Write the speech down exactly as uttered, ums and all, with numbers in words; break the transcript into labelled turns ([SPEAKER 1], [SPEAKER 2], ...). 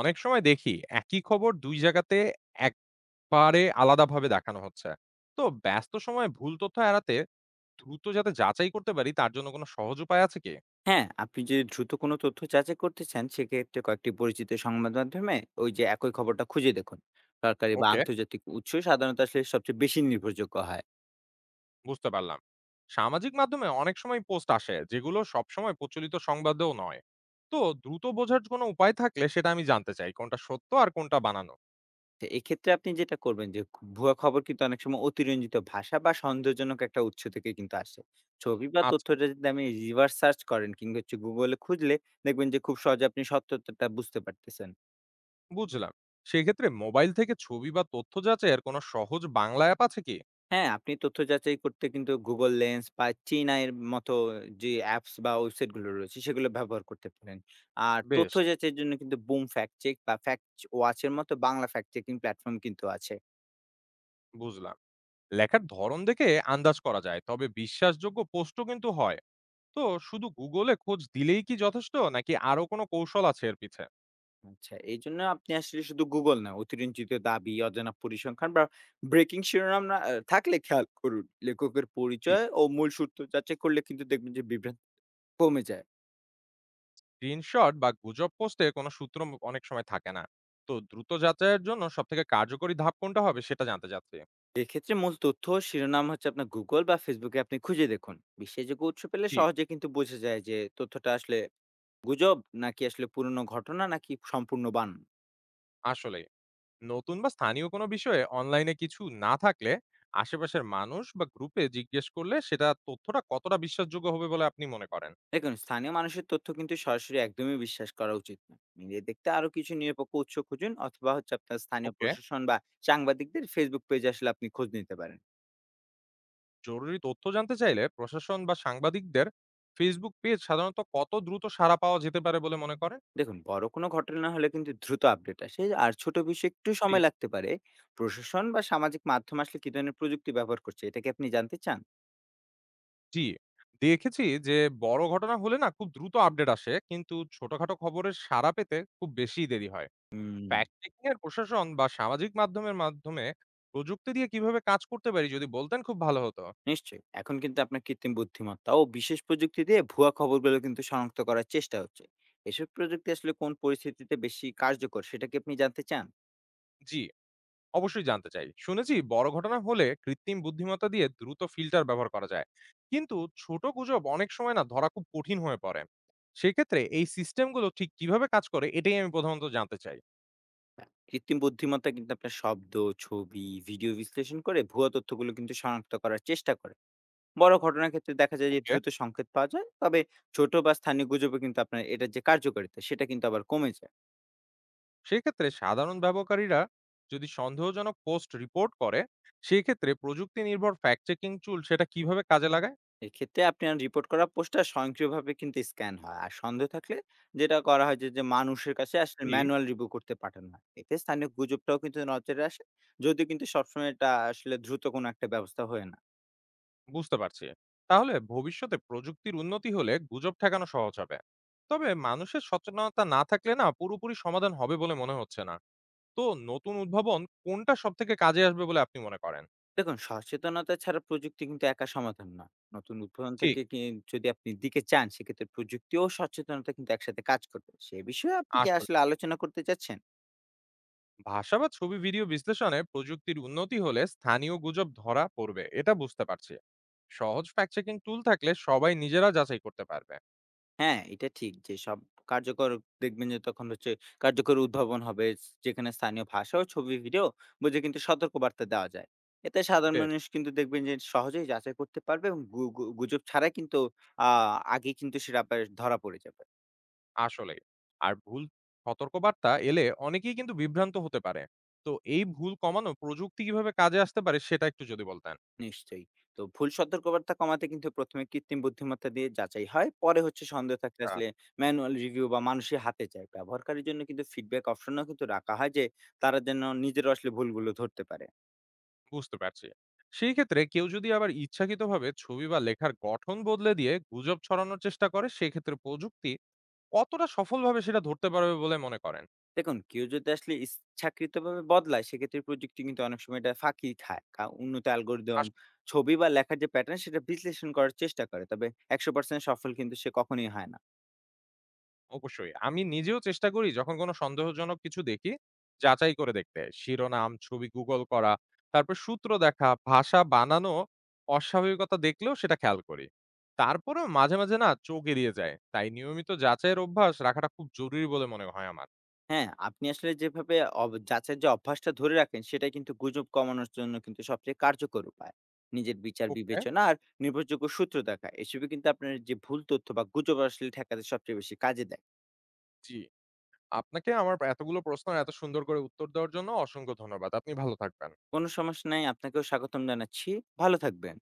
[SPEAKER 1] অনেক সময় দেখি একই খবর দুই জায়গাতে একবারে আলাদাভাবে দেখানো হচ্ছে। তো ব্যস্ত সময়ে ভুল তথ্য এড়াতে দ্রুত যাতে যাচাই করতে পারি তার জন্য কোনো সহজ উপায় আছে কি?
[SPEAKER 2] হ্যাঁ, আপনি যদি দ্রুত কোনো তথ্য যাচাই করতে চান, সেক্ষেত্রে কয়েকটি পরিচিত সংবাদ মাধ্যমে ওই যে একই খবরটা খুঁজে দেখুন। সরকারি বা
[SPEAKER 1] ওকে,
[SPEAKER 2] আন্তর্জাতিক উৎস সাধারণত আসলে সবচেয়ে বেশি নির্ভরযোগ্য হয়।
[SPEAKER 1] বুঝতে পারলাম। সামাজিক মাধ্যমে অনেক সময় পোস্ট আসে যেগুলো সবসময় প্রচলিত সংবাদেও নয়। তো দ্রুত বোঝার কোনো উপায় থাকলে সেটা আমি জানতে চাই কোনটা সত্য আর কোনটা বানানো।
[SPEAKER 2] তো এক্ষেত্রে আপনি যেটা করবেন যে, ভুয়া খবর কিন্তু অনেক সময় অতিরঞ্জিত ভাষা বা সন্দেহজনক একটা উৎস থেকে কিন্তু আসে। ছবি বা
[SPEAKER 1] আচ্ছা,
[SPEAKER 2] তথ্যটা যদি আপনি reverse search করেন কিংবা হচ্ছে Google এ খুঁজলে দেখবেন যে খুব সহজে আপনি সত্যতাটা বুঝতে পারতেছেন।
[SPEAKER 1] বুঝলাম। সেক্ষেত্রে মোবাইল থেকে ছবি বা তথ্য যাচাইয়ের কোনো সহজ বাংলা অ্যাপ আছে কি?
[SPEAKER 2] হ্যাঁ, আপনি তথ্য যাচাই করতে কিন্তু Google Lens বা Cheena এর মতো যে অ্যাপস বা ওয়েবসাইট গুলো রয়েছে সেগুলো ব্যবহার করতে পারেন। আর
[SPEAKER 1] বেশ,
[SPEAKER 2] তথ্য যাচাইয়ের জন্য কিন্তু Boom Fact Check বা Fact Watch এর মতো বাংলা ফ্যাক্ট চেকিং প্ল্যাটফর্ম কিন্তু আছে।
[SPEAKER 1] বুঝলাম। লেখার ধরন দেখে আন্দাজ করা যায় তবে বিশ্বাসযোগ্য পোস্টও কিন্তু হয়। তো শুধু গুগলে খোঁজ দিলেই কি যথেষ্ট নাকি আরো কোনো কৌশল আছে এর পিছে?
[SPEAKER 2] আচ্ছা, এইজন্য আপনি আসলে শুধু গুগল না, অতিরঞ্জিত দাবি, অজানা পরিসংখ্যান বা ব্রেকিং শিরোনাম না আ থাকলে খেয়াল করুন। লেখকের
[SPEAKER 1] জি।
[SPEAKER 2] পরিচয় ও মূল সূত্র যাচাই করলে কিন্তু দেখবেন যে বিভ্রান্তি কমে যায়।
[SPEAKER 1] স্ক্রিনশট বা গুজব পোস্টে কোনো সূত্র ম- অনেক সময় থাকে না। তো দ্রুত যাচাইয়ের জন্য সব থেকে কার্যকরী ধাপ কোনটা হবে সেটা জানতে চাচ্ছি।
[SPEAKER 2] এক্ষেত্রে মূল তথ্য ও শিরোনাম হচ্ছে আপনার গুগল বা ফেসবুকে আপনি খুঁজে দেখুন বিশ্বাসযোগ্য উৎস পেলে
[SPEAKER 1] জি।
[SPEAKER 2] সহজে কিন্তু বোঝা যায় যে তথ্যটা আসলে গুজব নাকি আসলে পুরনো ঘটনা নাকি সম্পূর্ণ বানান।
[SPEAKER 1] আসলে নতুন বা স্থানীয় কোনো বিষয়ে অনলাইনে কিছু না থাকলে আশেপাশের মানুষ বা গ্রুপে জিজ্ঞেস করলে সেটা তথ্যটা কতটা বিশ্বাসযোগ্য হবে বলে আপনি মনে করেন?
[SPEAKER 2] দেখুন স্থানীয় মানুষের তথ্য কিন্তু সরাসরি একদমই বিশ্বাস করা উচিত না, মিলিয়ে দেখতে আরো কিছু নিরপেক্ষ উৎস খুঁজুন অথবা হচ্ছে আপনার স্থানীয়
[SPEAKER 1] ওকে।
[SPEAKER 2] প্রশাসন বা সাংবাদিকদের ফেসবুক পেজে আসলে আপনি খোঁজ নিতে পারেন।
[SPEAKER 1] জরুরি তথ্য জানতে চাইলে প্রশাসন বা সাংবাদিকদের ফেসবুক পেজ সাধারণত কত দ্রুত সাড়া পাওয়া যেতে পারে বলে মনে করেন?
[SPEAKER 2] দেখুন বড় কোনো ঘটনা হলে কিন্তু দ্রুত আপডেট আসে আর ছোট বিষয়ে একটু
[SPEAKER 1] জি,
[SPEAKER 2] সময় লাগতে পারে। প্রশাসন বা সামাজিক মাধ্যম আসলে কি ধরনের প্রযুক্তি ব্যবহার করছে এটা কি আপনি জানতে চান?
[SPEAKER 1] জি, দেখেছি যে বড় ঘটনা হলে না খুব দ্রুত আপডেট আসে কিন্তু ছোটখাটো খবরের সাড়া পেতে খুব বেশি দেরি হয়।
[SPEAKER 2] হুম,
[SPEAKER 1] ফ্যাক্ট চেকিং এর প্রশাসন বা সামাজিক মাধ্যমের মাধ্যমে প্রযুক্তি দিয়ে কিভাবে কাজ করতে পারি যদি বলতেন খুব ভালো হতো।
[SPEAKER 2] নিশ্চয়ই। এখন কিন্তু আপনার কৃত্রিম বুদ্ধিমত্তা ও বিশেষ প্রযুক্তি দিয়ে ভুয়া খবরগুলো কিন্তু শনাক্ত করার চেষ্টা হচ্ছে। এসব প্রযুক্তি আসলে কোন পরিস্থিতিতে বেশি কার্যকর সেটা কি আপনি জানতে চান?
[SPEAKER 1] জি, অবশ্যই জানতে চাই। শুনেছি বড় ঘটনা হলে কৃত্রিম বুদ্ধিমত্তা দিয়ে দ্রুত ফিল্টার ব্যবহার করা যায়। কিন্তু ছোট গুজব অনেক সময় না ধরা খুব কঠিন হয়ে পড়ে। সেক্ষেত্রে এই সিস্টেমগুলো ঠিক কিভাবে কাজ করে এটাই আমি প্রধানত জানতে চাই।
[SPEAKER 2] হ্যাঁ, কৃত্রিম বুদ্ধিমত্তা কিন্তু আপনার শব্দ, ছবি, ভিডিও বিশ্লেষণ করে ভুয়া তথ্যগুলো কিন্তু শনাক্ত করার চেষ্টা করে। বড় ঘটনার ক্ষেত্রে দেখা যায় যে
[SPEAKER 1] ওকে।
[SPEAKER 2] দ্রুত সংকেত পাওয়া যায়। তবে ছোট বা স্থানীয় গুজবে কিন্তু আপনার এটার যে কার্যকারিতা সেটা কিন্তু আবার কমে যায়।
[SPEAKER 1] সেক্ষেত্রে সাধারণ ব্যবহারকারীরা যদি সন্দেহজনক পোস্ট রিপোর্ট করে, সেক্ষেত্রে প্রযুক্তি নির্ভর ফ্যাক্ট চেকিং টুল সেটা কিভাবে কাজে লাগায়?
[SPEAKER 2] এক্ষেত্রে আপনার রিপোর্ট করা পোস্টার স্বয়ংক্রিয়ভাবে কিন্তু স্ক্যান হয় আর সন্দেহ থাকলে যেটা করা হয় যে যে মানুষের কাছে আসলে
[SPEAKER 1] জি।
[SPEAKER 2] ম্যানুয়াল রিভিউ করতে পাঠানো হয় এতে স্থানীয় গুজবটাও কিন্তু নজরে আসে, যদিও কিন্তু সবসময় এটা আসলে দ্রুত কোনো একটা ব্যবস্থা হয় না।
[SPEAKER 1] বুঝতে পারছি। তাহলে ভবিষ্যতে প্রযুক্তির উন্নতি হলে গুজব ঠেকানো সহজ হবে, তবে মানুষের সচেতনতা না থাকলে না পুরোপুরি সমাধান হবে বলে মনে হচ্ছে না। তো নতুন উদ্ভাবন কোনটা সব থেকে কাজে আসবে বলে আপনি মনে করেন?
[SPEAKER 2] দেখুন সচেতনতা ছাড়া প্রযুক্তি কিন্তু একা সমাধান না। নতুন উদ্ভাবন
[SPEAKER 1] ঠিক।
[SPEAKER 2] থেকে কি- যদি আপনি দিকে চান সেক্ষেত্রে প্রযুক্তি ও সচেতনতা কিন্তু একসাথে কাজ করবে সে বিষয়ে আপনি কি
[SPEAKER 1] আসলে
[SPEAKER 2] আসলে আলোচনা করতে চাচ্ছেন?
[SPEAKER 1] ভাষা বা ছবি ভিডিও বিশ্লেষণে প্রযুক্তির উন্নতি হলে স্থানীয় গুজব ধরা পড়বে এটা বুঝতে পারছি। সহজ ফ্যাক্ট চেকিং টুল থাকলে সবাই নিজেরা যাচাই করতে পারবে।
[SPEAKER 2] হ্যাঁ, এটা ঠিক যে সব কার্যকর দেখবেন যে তখন হচ্ছে কার্যকর উদ্ভাবন হবে যেখানে স্থানীয় ভাষা ও ছবি, ভিডিও বুঝে কিন্তু সতর্কবার্তা দেওয়া যায়। এতে সাধারণ
[SPEAKER 1] বেশ।
[SPEAKER 2] মানুষ কিন্তু দেখবেন যে সহজেই যাচাই করতে পারবে এবং গু গু গুজব ছাড়াই কিন্তু আ আগে কিন্তু সেটা আপনার ধরা পড়ে যাবে।
[SPEAKER 1] আসলেই। আর ভুল সতর্কবার্তা এলে অনেকেই কিন্তু বিভ্রান্ত হতে পারে। তো এই ভুল কমানো প্রযুক্তি কিভাবে কাজে আসতে পারে সেটা একটু যদি বলতেন।
[SPEAKER 2] নিশ্চয়ই। তো ভুল সতর্কবার্তা কমাতে কিন্তু প্রথম এ কৃত্রিম বুদ্ধিমত্তা দিয়ে যাচাই হয়। পরে হচ্ছে সন্দেহ থাকলে
[SPEAKER 1] আ
[SPEAKER 2] আসলে ম্যানুয়াল রিভিউ বা মানুষের হাতে যায়। ব্যবহারকারীর জন্য কিন্তু ফিডব্যাক অপশনও কিন্তু রাখা হয় যে তারা যেন নিজেরাও আসলে ভুলগুলো ধরতে পারে।
[SPEAKER 1] বুঝতে পারছি। সেই ক্ষেত্রে কেউ যদি আবার ইচ্ছাকৃতভাবে ছবি বা লেখার গঠন বদলে দিয়ে গুজব ছড়ানোর চেষ্টা করে সেক্ষেত্রে প্রযুক্তি কতটা সফলভাবে সেটা ধরতে পারবে বলে মনে করেন?
[SPEAKER 2] দেখুন, কেউ যদি আসলে ইচ্ছাকৃতভাবে বদলায়, সেক্ষেত্রে প্রযুক্তি কিন্তু অনেক সময় এটা ফাঁকি খায়। কা উন্নত অ্যালগরিদম, ছবি বা লেখার যে প্যাটার্ন, সেটা বিশ্লেষণ করার চেষ্টা করে। তবে একশ শতাংশ সফল কিন্তু সে কখনোই হয় না।
[SPEAKER 1] অবশ্যই। আমি নিজেও চেষ্টা করি যখন কোনো সন্দেহজনক কিছু দেখি, যাচাই করে দেখতে। শিরোনাম, ছবি গুগল করা, তারপর সূত্র দেখা, ভাষা বানানো অস্বাভাবিকতা দেখলেও সেটা খেয়াল করি। তারপরেও মাঝে, মাঝে না চোখ এড়িয়ে যায়। তাই নিয়মিত যাচাইয়ের অভ্যাস রাখাটা খুব জরুরি বলে মনে হয় আমার।
[SPEAKER 2] হ্যাঁ, আপনি আসলে যেভাবে অব যাচাইয়ের যে অভ্যাসটা ধরে রাখেন, সেটাই কিন্তু গুজব কমানোর জন্য কিন্তু সবচেয়ে কার্যকর উপায়। নিজের বিচার
[SPEAKER 1] ওকে,
[SPEAKER 2] বিবেচনা আর নির্ভরযোগ্য সূত্র দেখা, এসবই কিন্তু আপনার যে ভুল তথ্য বা গুজব আসলে ঠেকাতে সবচেয়ে বেশি কাজে দেয়।
[SPEAKER 1] জি। আপনাকে আমার এতগুলো প্রশ্ন এত সুন্দর করে উত্তর দেওয়ার জন্য অসংখ্য ধন্যবাদ। আপনি ভালো থাকবেন।
[SPEAKER 2] কোনো সমস্যা নাই, আপনাকেও স্বাগতম জানাচ্ছি। ভালো থাকবেন।